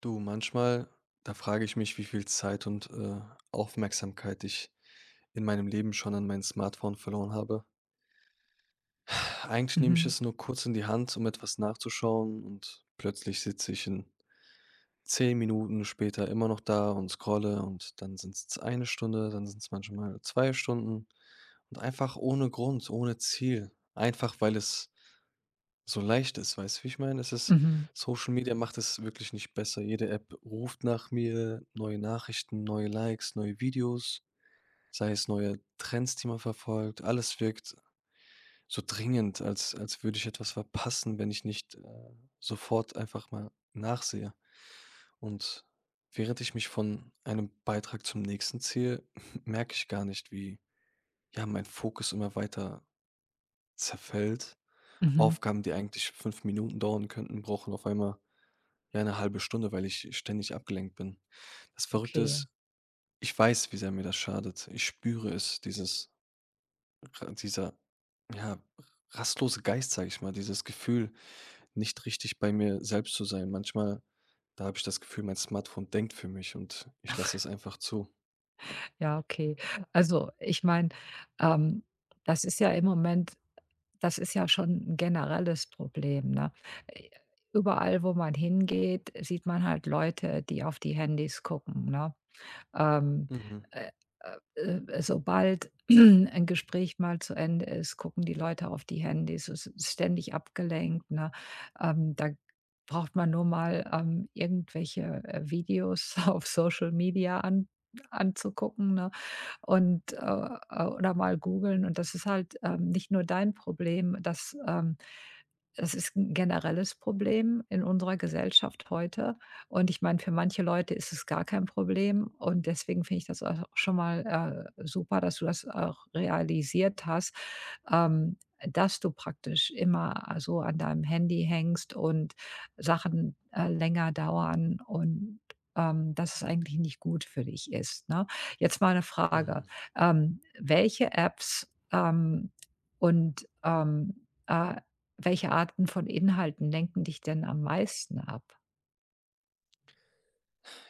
Du, manchmal, da frage ich mich, wie viel Zeit und Aufmerksamkeit ich in meinem Leben schon an mein Smartphone verloren habe. Eigentlich nehme ich Mhm, es nur kurz in die Hand, um etwas nachzuschauen und plötzlich sitze ich in 10 Minuten später immer noch da und scrolle und dann sind es eine Stunde, dann sind es manchmal 2 Stunden und einfach ohne Grund, ohne Ziel. Einfach weil es so leicht ist, weißt du, wie ich meine? Es ist mhm, Social Media macht es wirklich nicht besser. Jede App ruft nach mir, neue Nachrichten, neue Likes, neue Videos, sei es neue Trends, die man verfolgt. Alles wirkt so dringend, als würde ich etwas verpassen, wenn ich nicht, sofort einfach mal nachsehe. Und während ich mich von einem Beitrag zum nächsten ziehe, merke ich gar nicht, wie, ja, mein Fokus immer weiter zerfällt. mhm. Aufgaben, die eigentlich 5 Minuten dauern könnten, brauchen auf einmal ja, eine halbe Stunde, weil ich ständig abgelenkt bin. Das Verrückte Okay, ist, ich weiß, wie sehr mir das schadet. Ich spüre es, dieses ra dieser, ja, rastlose Geist, sage ich mal, dieses Gefühl, nicht richtig bei mir selbst zu sein. Manchmal, da habe ich das Gefühl, mein Smartphone denkt für mich und ich lasse es einfach zu. ja, okay. Also, ich meine, ähm, das ist ja im Moment das ist ja schon 'n generelles Problem, ne? Äh, überall, wo man hingeht, sieht man halt Leute, die auf die Handys gucken, ne? Ähm, Mhm. äh, sobald ein Gespräch mal zu Ende ist, gucken die Leute auf die Handys. Es ist ständig abgelenkt, ne? Da braucht man nur mal irgendwelche Videos auf Social Media an anzugucken, ne? Und oder mal googeln. Und das ist halt nicht nur dein Problem. Das ist ein generelles Problem in unserer Gesellschaft heute. Und ich meine, für manche Leute ist es gar kein Problem. Und deswegen finde ich das auch schon mal super, dass du das auch realisiert hast, ähm, dass du praktisch immer so an deinem Handy hängst und Sachen länger dauern, und dass es eigentlich nicht gut für dich ist, ne? Jetzt mal eine Frage: Mhm. Welche Apps und welche Arten von Inhalten lenken dich denn am meisten ab?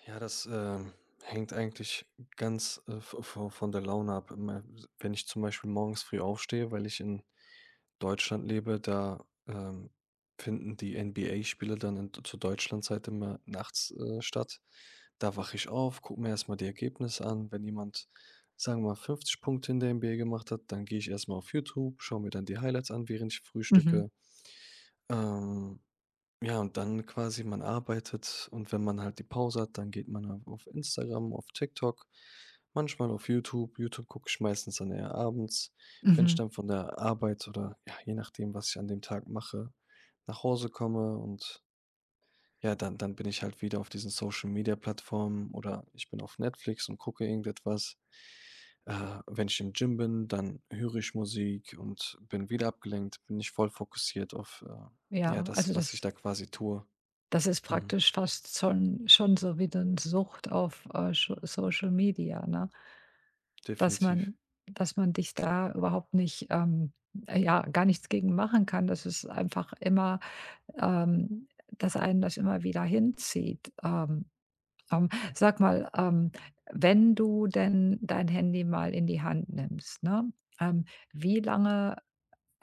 Ja, das, hängt eigentlich ganz, v vo von der Laune ab. Immer wenn ich zum Beispiel morgens früh aufstehe, weil ich in Deutschland lebe, da, finden die NBA-Spiele dann in zur Deutschlandzeit immer nachts, statt. Da wache ich auf, gucke mir erst mal die Ergebnisse an. Wenn jemand, sagen wir mal, 50 Punkte in der NBA gemacht hat, dann gehe ich erst mal auf YouTube, schaue mir dann die Highlights an, während ich Mhm, frühstücke. Ähm, ja, und dann quasi man arbeitet und wenn man halt die Pause hat, dann geht man auf Instagram, auf TikTok, manchmal auf YouTube. YouTube gucke ich meistens dann eher abends. Wenn ich mhm. dann von der Arbeit oder ja, je nachdem, was ich an dem Tag mache, nach Hause komme und ja, dann bin ich halt wieder auf diesen Social-Media-Plattformen oder ich bin auf Netflix und gucke irgendetwas. Wenn ich im Gym bin, dann höre ich Musik und bin wieder abgelenkt, bin nicht voll fokussiert auf, ja, Ja, das, also was ich das da quasi tue. das ist Mhm, praktisch fast schon so wie eine Sucht auf Scho Social Media, ne? Dass definitiv. man dass man dich da überhaupt nicht ja, gar nichts gegen machen kann. Das ist einfach immer, ähm dass einen das immer wieder hinzieht. Ähm, sag mal, wenn du denn dein Handy mal in die Hand nimmst, ne, ähm, wie lange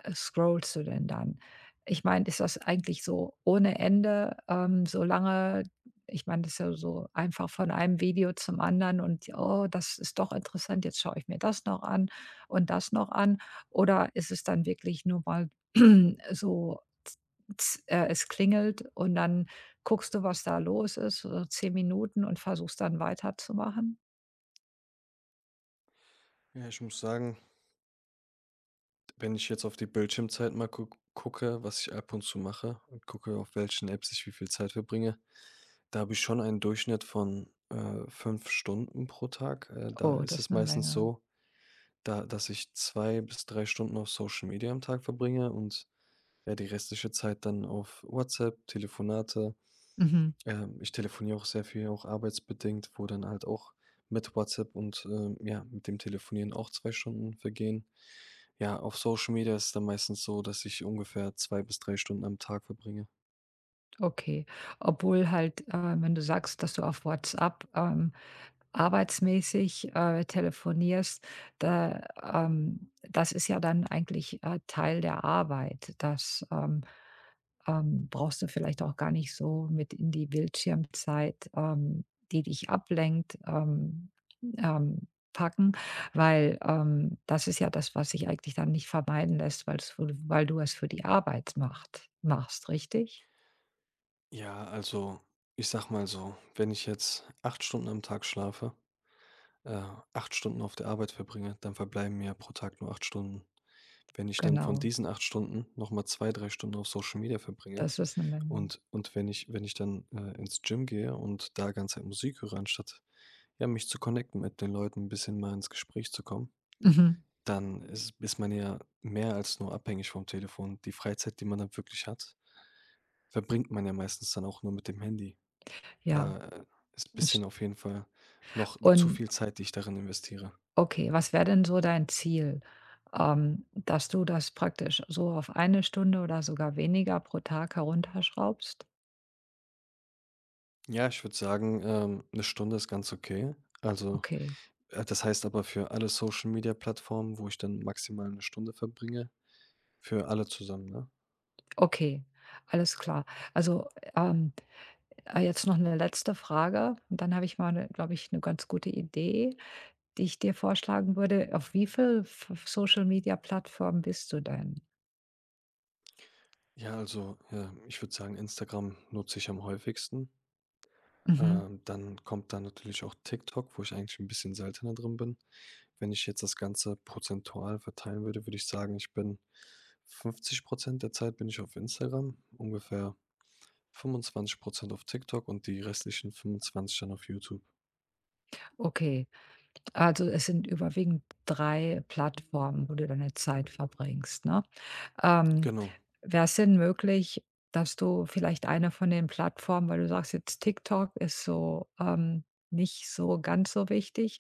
scrollst du denn dann? Ich meine, ist das eigentlich so ohne Ende, solange ich meine, das ist ja so einfach von einem Video zum anderen, und oh, das ist doch interessant, jetzt schaue ich mir das noch an und das noch an. Oder ist es dann wirklich nur mal so, es klingelt, und dann guckst du, was da los ist, so 10 Minuten, und versuchst dann weiterzumachen? Ja, ich muss sagen, wenn ich jetzt auf die Bildschirmzeit mal gucke, was ich ab und zu mache und gucke, auf welchen Apps ich wie viel Zeit verbringe, da habe ich schon einen Durchschnitt von, 5 Stunden pro Tag. Da Oh, ist das es ist eine meistens Menge. so, da dass ich 2 bis 3 Stunden auf Social Media am Tag verbringe und, ja, die restliche Zeit dann auf WhatsApp, Telefonate. Mhm. Ich telefoniere auch sehr viel, auch arbeitsbedingt, wo dann halt auch mit WhatsApp und, ja, mit dem Telefonieren auch 2 Stunden vergehen. Ja, auf Social Media ist es dann meistens so, dass ich ungefähr 2 bis 3 Stunden am Tag verbringe. Okay. Obwohl halt, wenn du sagst, dass du auf WhatsApp arbeitsmäßig telefonierst, da, das ist ja dann eigentlich Teil der Arbeit. Das brauchst du vielleicht auch gar nicht so mit in die Bildschirmzeit, die dich ablenkt, ähm, packen, weil das ist ja das, was sich eigentlich dann nicht vermeiden lässt, weil du es für die Arbeit macht machst, richtig? Ja, also, ich sage mal so, wenn ich jetzt 8 Stunden am Tag schlafe, äh, 8 Stunden auf der Arbeit verbringe, dann verbleiben mir pro Tag nur 8 Stunden. Wenn ich dann von Genau, diesen 8 Stunden noch mal 2, 3 Stunden auf Social Media verbringe. das ist eine Menge. Und wenn ich dann, ins Gym gehe und da ganze Zeit Musik höre, anstatt, ja, mich zu connecten mit den Leuten, ein bisschen mal ins Gespräch zu kommen, Mhm. dann ist man ja mehr als nur abhängig vom Telefon. Die Freizeit, die man dann wirklich hat, verbringt man ja meistens dann auch nur mit dem Handy. Ja. Da ist ein bisschen das auf jeden Fall noch zu Und viel Zeit, die ich darin investiere. okay, was wäre denn so dein Ziel? Dass du das praktisch so auf eine Stunde oder sogar weniger pro Tag herunterschraubst? Ja, ich würde sagen, 'ne Stunde ist ganz okay. Also, Okay, äh, das heißt aber für alle Social-Media-Plattformen, wo ich dann maximal eine Stunde verbringe, für alle zusammen, ne? okay, alles klar. Also ähm, jetzt noch eine letzte Frage, und dann habe ich mal glaube ich eine ganz gute Idee, die ich dir vorschlagen würde. Auf wie viel Social Media Plattformen bist du denn? Ja, also, ja, ich würde sagen, Instagram nutze ich am häufigsten. Mhm, Dann kommt da natürlich auch TikTok, wo ich eigentlich ein bisschen seltener drin bin. Wenn ich jetzt das Ganze prozentual verteilen würde, würde ich sagen, ich bin 50% der Zeit bin ich auf Instagram, ungefähr 25% auf TikTok und die restlichen 25 dann auf YouTube. okay. Also, es sind überwiegend 3 Plattformen, wo du deine Zeit verbringst, ne? Ähm Genau. Wäre es denn möglich, dass du vielleicht eine von den Plattformen, weil du sagst, jetzt TikTok ist so nicht so ganz so wichtig,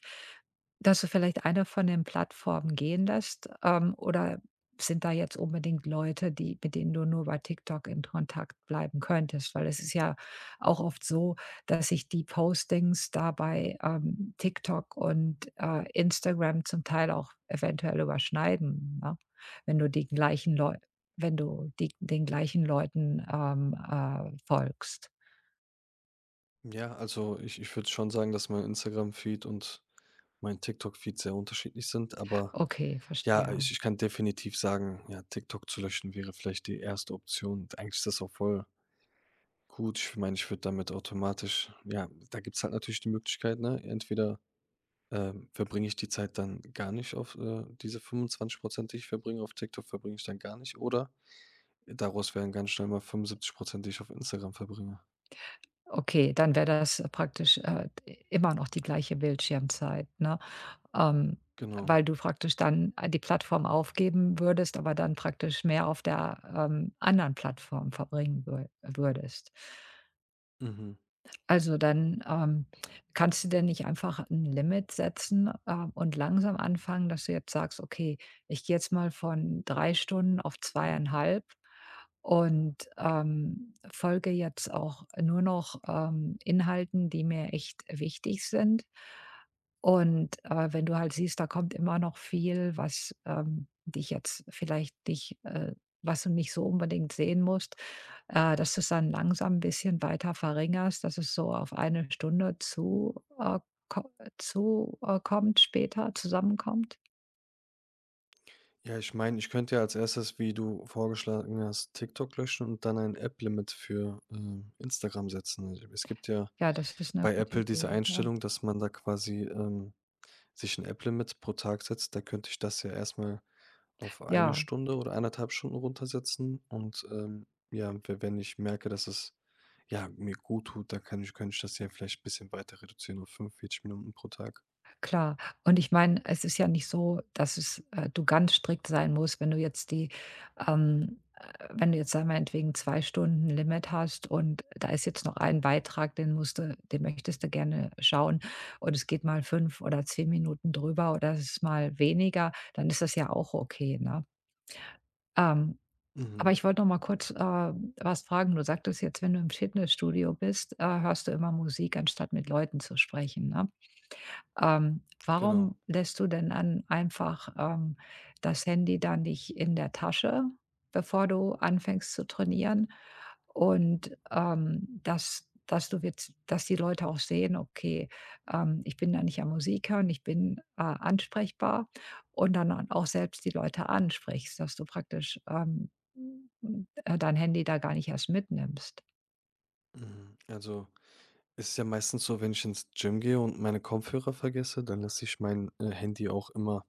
dass du vielleicht eine von den Plattformen gehen lässt? Oder sind da jetzt unbedingt Leute, die mit denen du nur bei TikTok in Kontakt bleiben könntest? Weil es ist ja auch oft so, dass sich die Postings da bei TikTok und Instagram zum Teil auch eventuell überschneiden, ne? Wenn du die gleichen Leu wenn du die den gleichen Leuten folgst. Ja, also ich würde schon sagen, dass mein Instagram-Feed und mein TikTok-Feed sehr unterschiedlich sind, aber Okay, ja, verstehe. ich kann definitiv sagen, ja, TikTok zu löschen wäre vielleicht die erste Option. Und eigentlich ist das auch voll gut. Ich meine, ich würde damit automatisch, ja, da gibt es halt natürlich die Möglichkeit, ne? Entweder verbringe ich die Zeit dann gar nicht auf diese 25%, die ich verbringe auf TikTok, verbringe ich dann gar nicht, oder daraus wären ganz schnell mal 75%, die ich auf Instagram verbringe. Okay, dann wäre das praktisch immer noch die gleiche Bildschirmzeit, ne? Ähm, Genau. weil du praktisch dann die Plattform aufgeben würdest, aber dann praktisch mehr auf der anderen Plattform verbringen würdest. Mhm. Also, dann kannst du denn nicht einfach ein Limit setzen und langsam anfangen, dass du jetzt sagst: „Okay, ich gehe jetzt mal von 3 Stunden auf 2,5. Und folge jetzt auch nur noch Inhalten, die mir echt wichtig sind. Und wenn du halt siehst, da kommt immer noch viel, was dich jetzt vielleicht nicht was du nicht so unbedingt sehen musst, dass du es dann langsam ein bisschen weiter verringerst, dass es so auf eine Stunde zu ko zu kommt später zusammenkommt." Ja, ich meine, ich könnte ja als erstes, wie du vorgeschlagen hast, TikTok löschen und dann ein App-Limit für, Instagram setzen. Also, es gibt ja Ja, das ist eine bei gute Apple diese Idee, ja. Einstellung, dass man da quasi, sich ein App-Limit pro Tag setzt. Da könnte ich das ja erstmal auf eine Ja. Stunde oder 1,5 Stunden runtersetzen und, ja, we wenn ich merke, dass es, ja, mir gut tut, dann kann ich könnte ich das ja vielleicht ein bisschen weiter reduzieren auf 45 Minuten pro Tag. Klar. Und ich meine, es ist ja nicht so, dass es du ganz strikt sein musst, wenn du jetzt, sagen wir meinetwegen, 2 Stunden Limit hast, und da ist jetzt noch ein Beitrag, den möchtest du gerne schauen, und es geht mal 5 oder 10 Minuten drüber oder es ist mal weniger, dann ist das ja auch okay, ne? Ähm, aber Mhm, ich wollte noch mal kurz was fragen. Du sagtest jetzt, wenn du im Fitnessstudio bist hörst du immer Musik, anstatt mit Leuten zu sprechen, ne? Genau. Warum lässt du denn dann einfach das Handy dann nicht in der Tasche, bevor du anfängst zu trainieren? Und dass dass du jetzt dass die Leute auch sehen: „Okay, ich bin da nicht am Musik hören, ich bin ansprechbar.“ Und dann auch selbst die Leute ansprichst, dass du praktisch dein Handy da gar nicht erst mitnimmst. Mhm. Also, es ist ja meistens so, wenn ich ins Gym gehe und meine Kopfhörer vergesse, dann lasse ich mein, Handy auch immer,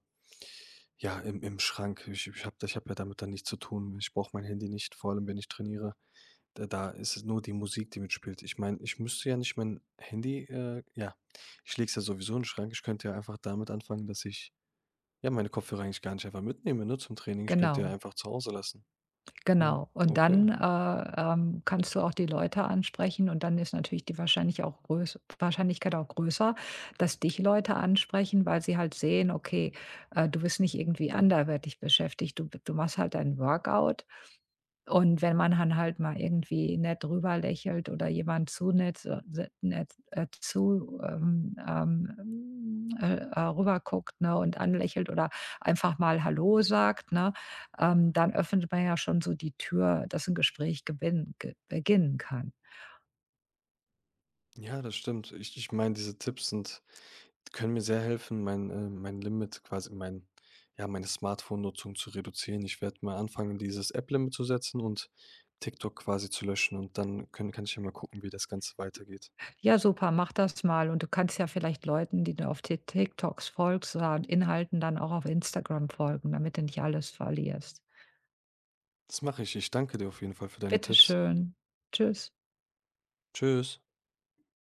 ja, im Schrank. Ich habe ja damit dann nichts zu tun. Ich brauche mein Handy nicht, vor allem wenn ich trainiere. Da ist es nur die Musik, die mitspielt. Ich meine, ich müsste ja nicht mein Handy, ja, ich lege es ja sowieso in den Schrank. Ich könnte ja einfach damit anfangen, dass ich, ja, meine Kopfhörer eigentlich gar nicht einfach mitnehme, ne, zum Training. Ich könnte ja Genau. einfach zu Hause lassen. Ja, Genau. Und okay. dann kannst du auch die Leute ansprechen, und dann ist natürlich die Wahrscheinlichkeit auch größer, dass dich Leute ansprechen, weil sie halt sehen: Okay du bist nicht irgendwie anderweitig beschäftigt. Du machst halt dein Workout. Und wenn man dann halt mal irgendwie nett rüber lächelt oder jemand zu nett so- se nett, zu, rüber guckt, ne, und anlächelt oder einfach mal hallo sagt, ne? Dann öffnet man ja schon so die Tür, dass ein Gespräch gewinn ge beginnen kann. Ja, das stimmt. Ich meine, diese Tipps sind Können mir sehr helfen, mein Limit quasi mein ja, meine Smartphone-Nutzung zu reduzieren. Ich werde mal anfangen, dieses App-Limit zu setzen und TikTok quasi zu löschen und dann können kann ich ja mal gucken, wie das Ganze weitergeht. Ja, super, mach das mal, und du kannst ja vielleicht Leuten, die du auf TikToks folgst, oder an Inhalten dann auch auf Instagram folgen, damit du nicht alles verlierst. Das mache ich. Ich danke dir auf jeden Fall für deine Bitte Tipps. schön. Tschüss. Tschüss.